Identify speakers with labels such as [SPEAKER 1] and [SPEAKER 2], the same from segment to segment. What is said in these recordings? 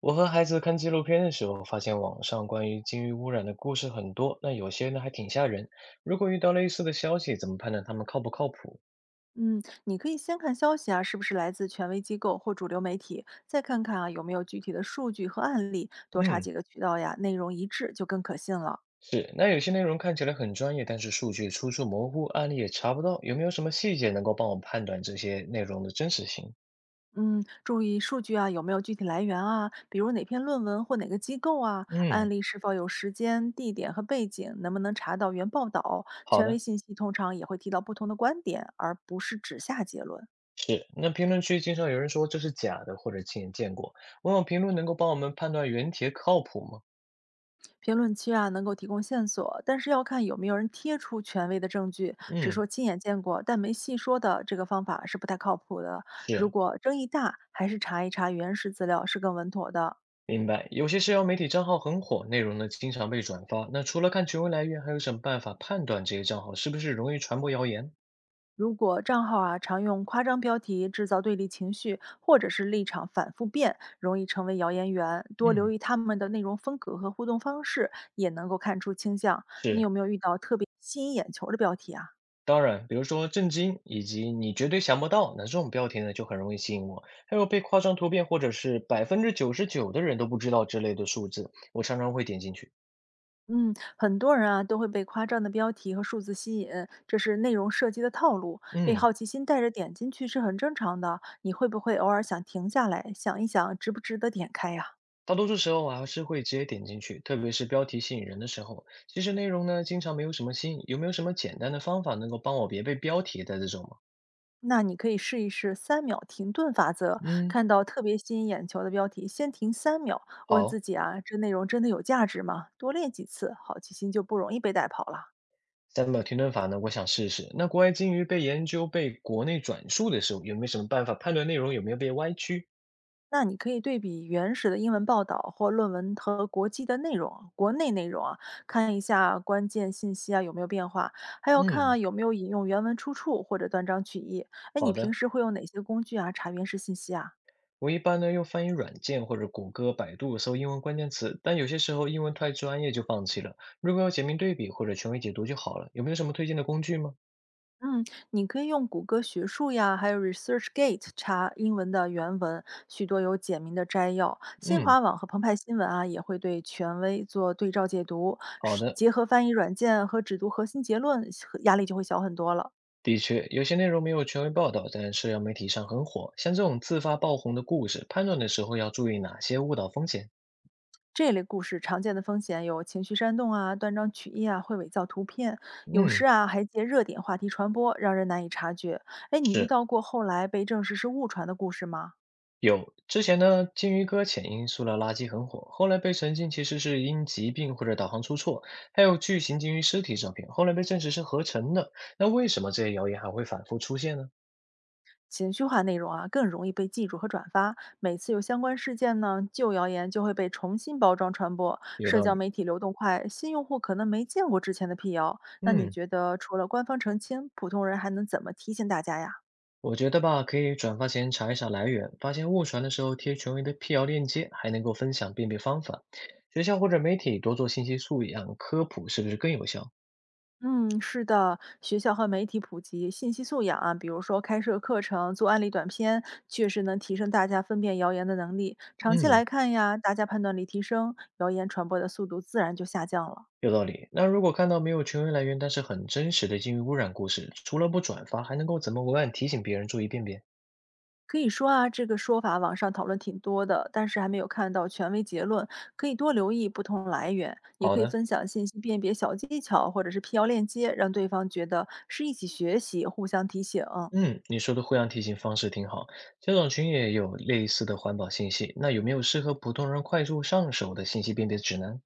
[SPEAKER 1] 我和孩子看纪录片的时候，发现网上关于鲸鱼污染的故事很多，那有些呢还挺吓人。如果遇到类似的消息，怎么判断他们靠不靠谱？
[SPEAKER 2] 嗯，你可以先看消息啊，是不是来自权威机构或主流媒体，再看看啊有没有具体的数据和案例，多查
[SPEAKER 1] 嗯，
[SPEAKER 2] 几个渠道呀，内容一致就更可信了。
[SPEAKER 1] 是，那有些内容看起来很专业，但是数据出处模糊，案例也查不到，有没有什么细节能够帮我判断这些内容的真实性？
[SPEAKER 2] 嗯，注意数据啊有没有具体来源啊，比如哪篇论文或哪个机构啊，案
[SPEAKER 1] 嗯，
[SPEAKER 2] 例是否有时间、地点和背景，能不能查到原报道。
[SPEAKER 1] 好
[SPEAKER 2] 权威
[SPEAKER 1] 的，
[SPEAKER 2] 信息通常也会提到不同的观点，而不是只下结论。
[SPEAKER 1] 是。那评论区经常有人说这是假的，或者亲眼见过，问问评论能够帮我们判断原帖靠谱吗？
[SPEAKER 2] 评论区啊，能够提供线索，但是要看有没有人贴出权威的证据，只
[SPEAKER 1] 嗯，
[SPEAKER 2] 说亲眼见过但没细说的这个方法是不太靠谱的。如
[SPEAKER 1] 是。
[SPEAKER 2] 果争议大，还是查一查原始资料是更稳妥的。
[SPEAKER 1] 明白。有些社交媒体账号很火，内容呢经常被转发。那除了看权威来源，还有什么办法判断这些账号是不是容易传播谣言？
[SPEAKER 2] 如果账号啊常用夸张标题制造对立情绪，或者是立场反复变，容易成为谣言源。多留
[SPEAKER 1] 嗯，
[SPEAKER 2] 意他们的内容风格和互动方式，也能够看出倾向。你
[SPEAKER 1] 是，
[SPEAKER 2] 有没有遇到特别吸引眼球的标题啊？
[SPEAKER 1] 当然，比如说震惊以及你绝对想不到，那这种标题呢就很容易吸引我。还有被夸张图片或者是99%的人都不知道之类的数字，我常常会点进去。
[SPEAKER 2] 嗯，很多人啊都会被夸张的标题和数字吸引，这是内容设计的套路。被
[SPEAKER 1] 嗯，
[SPEAKER 2] 好奇心带着点进去是很正常的。你会不会偶尔想停下来想一想，值不值得点开呀、
[SPEAKER 1] 大多数时候我还是会直接点进去，特别是标题吸引人的时候。其实内容呢经常没有什么新意，有没有什么简单的方法能够帮我别被标题带这种吗？
[SPEAKER 2] 那你可以试一试三秒停顿法则，
[SPEAKER 1] 嗯，
[SPEAKER 2] 看到特别吸引眼球的标题，先停三秒，问自
[SPEAKER 1] 好，
[SPEAKER 2] 己啊，这内容真的有价值吗？多练几次，好奇心就不容易被带跑了。
[SPEAKER 1] 3秒停顿法呢，我想试试。那国外鲸鱼被研究被国内转述的时候，有没有什么办法判断内容有没有被歪曲？
[SPEAKER 2] 那你可以对比原始的英文报道或论文和国际的内容、国内内容啊，看一下关键信息啊有没有变化，还有看啊
[SPEAKER 1] 嗯，
[SPEAKER 2] 有没有引用原文出处或者断章取义。哎，你
[SPEAKER 1] 好
[SPEAKER 2] 平
[SPEAKER 1] 的。
[SPEAKER 2] 时会用哪些工具啊查原始信息啊？
[SPEAKER 1] 我一般呢用翻译软件或者谷歌、百度搜英文关键词，但有些时候英文太专业就放弃了。如果要简明对比或者权威解读就好了。有没有什么推荐的工具吗？
[SPEAKER 2] 嗯，你可以用谷歌学术呀，还有 ResearchGate 查英文的原文，许多有简明的摘要。新
[SPEAKER 1] 嗯，
[SPEAKER 2] 华网和澎湃新闻啊，也会对权威做对照解读，
[SPEAKER 1] 好
[SPEAKER 2] 是
[SPEAKER 1] 的。
[SPEAKER 2] 结合翻译软件和只读核心结论，压力就会小很多了。
[SPEAKER 1] 的确，有些内容没有权威报道，但社交媒体上很火。像这种自发爆红的故事，判断的时候要注意哪些误导风险？
[SPEAKER 2] 这类故事常见的风险有情绪煽动啊、断章取义啊，会伪造图片，有时
[SPEAKER 1] 嗯，
[SPEAKER 2] 啊还借热点话题传播，让人难以察觉。哎，你遇
[SPEAKER 1] 是。
[SPEAKER 2] 到过后来被证实是误传的故事吗？
[SPEAKER 1] 有，之前呢，鲸鱼哥潜因塑料垃圾很火，后来被澄清其实是因疾病或者导航出错，还有巨型鲸鱼尸体照片，后来被证实是合成的。那为什么这些谣言还会反复出现呢？
[SPEAKER 2] 情绪化内容啊更容易被记住和转发，每次有相关事件呢，旧谣言就会被重新包装传播。
[SPEAKER 1] 有
[SPEAKER 2] 社
[SPEAKER 1] 道
[SPEAKER 2] 交
[SPEAKER 1] 理。
[SPEAKER 2] 媒体流动快，新用户可能没见过之前的辟谣。那你
[SPEAKER 1] 嗯，
[SPEAKER 2] 觉得除了官方澄清，普通人还能怎么提醒大家呀？
[SPEAKER 1] 我觉得吧，可以转发前查一查来源，发现误传的时候贴权威的辟谣链接，还能够分享辨别方法。学校或者媒体多做信息素养科普，是不是更有效？
[SPEAKER 2] 嗯，是的，学校和媒体普及信息素养啊，比如说开设课程、做案例短片，确实能提升大家分辨谣言的能力。长期
[SPEAKER 1] 嗯。
[SPEAKER 2] 来看呀，大家判断力提升，谣言传播的速度自然就下降了。
[SPEAKER 1] 有道理。那如果看到没有权威来源，但是很真实的鲸鱼污染故事，除了不转发，还能够怎么文案提醒别人注意辨别？
[SPEAKER 2] 可以说啊，这个说法网上讨论挺多的，但是还没有看到权威结论。可以多留意不同来源，也
[SPEAKER 1] 好
[SPEAKER 2] 可以
[SPEAKER 1] 的，
[SPEAKER 2] 分享信息辨别小技巧，或者是辟谣链接，让对方觉得是一起学习，互相提醒。
[SPEAKER 1] 嗯，你说的互相提醒方式挺好。家长群也有类似的环保信息，那有没有适合普通人快速上手的信息辨别指南？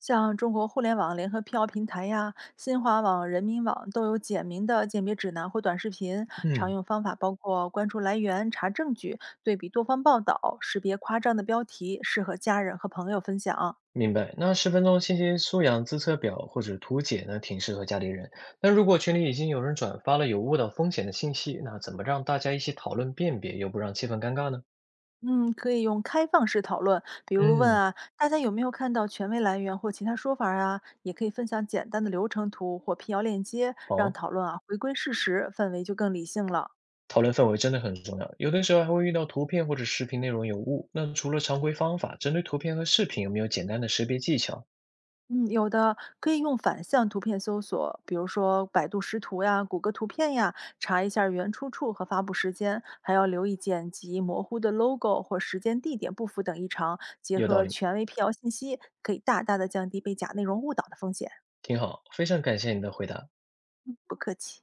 [SPEAKER 2] 像中国互联网联合辟谣平台呀、新华网、人民网都有简明的鉴别指南或短视频。常
[SPEAKER 1] 嗯，
[SPEAKER 2] 用方法包括关注来源、查证据、对比多方报道、识别夸张的标题，适合家人和朋友分享。
[SPEAKER 1] 明白。那10分钟信息素养自测表或者图解呢，挺适合家里人。那如果群里已经有人转发了有误导风险的信息，那怎么让大家一起讨论辨别，又不让气氛尴尬呢？
[SPEAKER 2] 嗯，可以用开放式讨论，比如问
[SPEAKER 1] 嗯，
[SPEAKER 2] 啊，大家有没有看到权威来源或其他说法儿啊？也可以分享简单的流程图或辟谣链接，让
[SPEAKER 1] 好。
[SPEAKER 2] 讨论啊回归事实，氛围就更理性了。
[SPEAKER 1] 讨论氛围真的很重要，有的时候还会遇到图片或者视频内容有误。那除了常规方法，针对图片和视频有没有简单的识别技巧？
[SPEAKER 2] 嗯，有的可以用反向图片搜索，比如说百度识图呀、谷歌图片呀，查一下原出处和发布时间，还要留意剪辑模糊的 logo 或时间、地点不符等异常，结
[SPEAKER 1] 有道
[SPEAKER 2] 合
[SPEAKER 1] 理，
[SPEAKER 2] 权威辟谣信息，可以大大的降低被假内容误导的风险。
[SPEAKER 1] 挺好，非常感谢你的回答。
[SPEAKER 2] 不客气。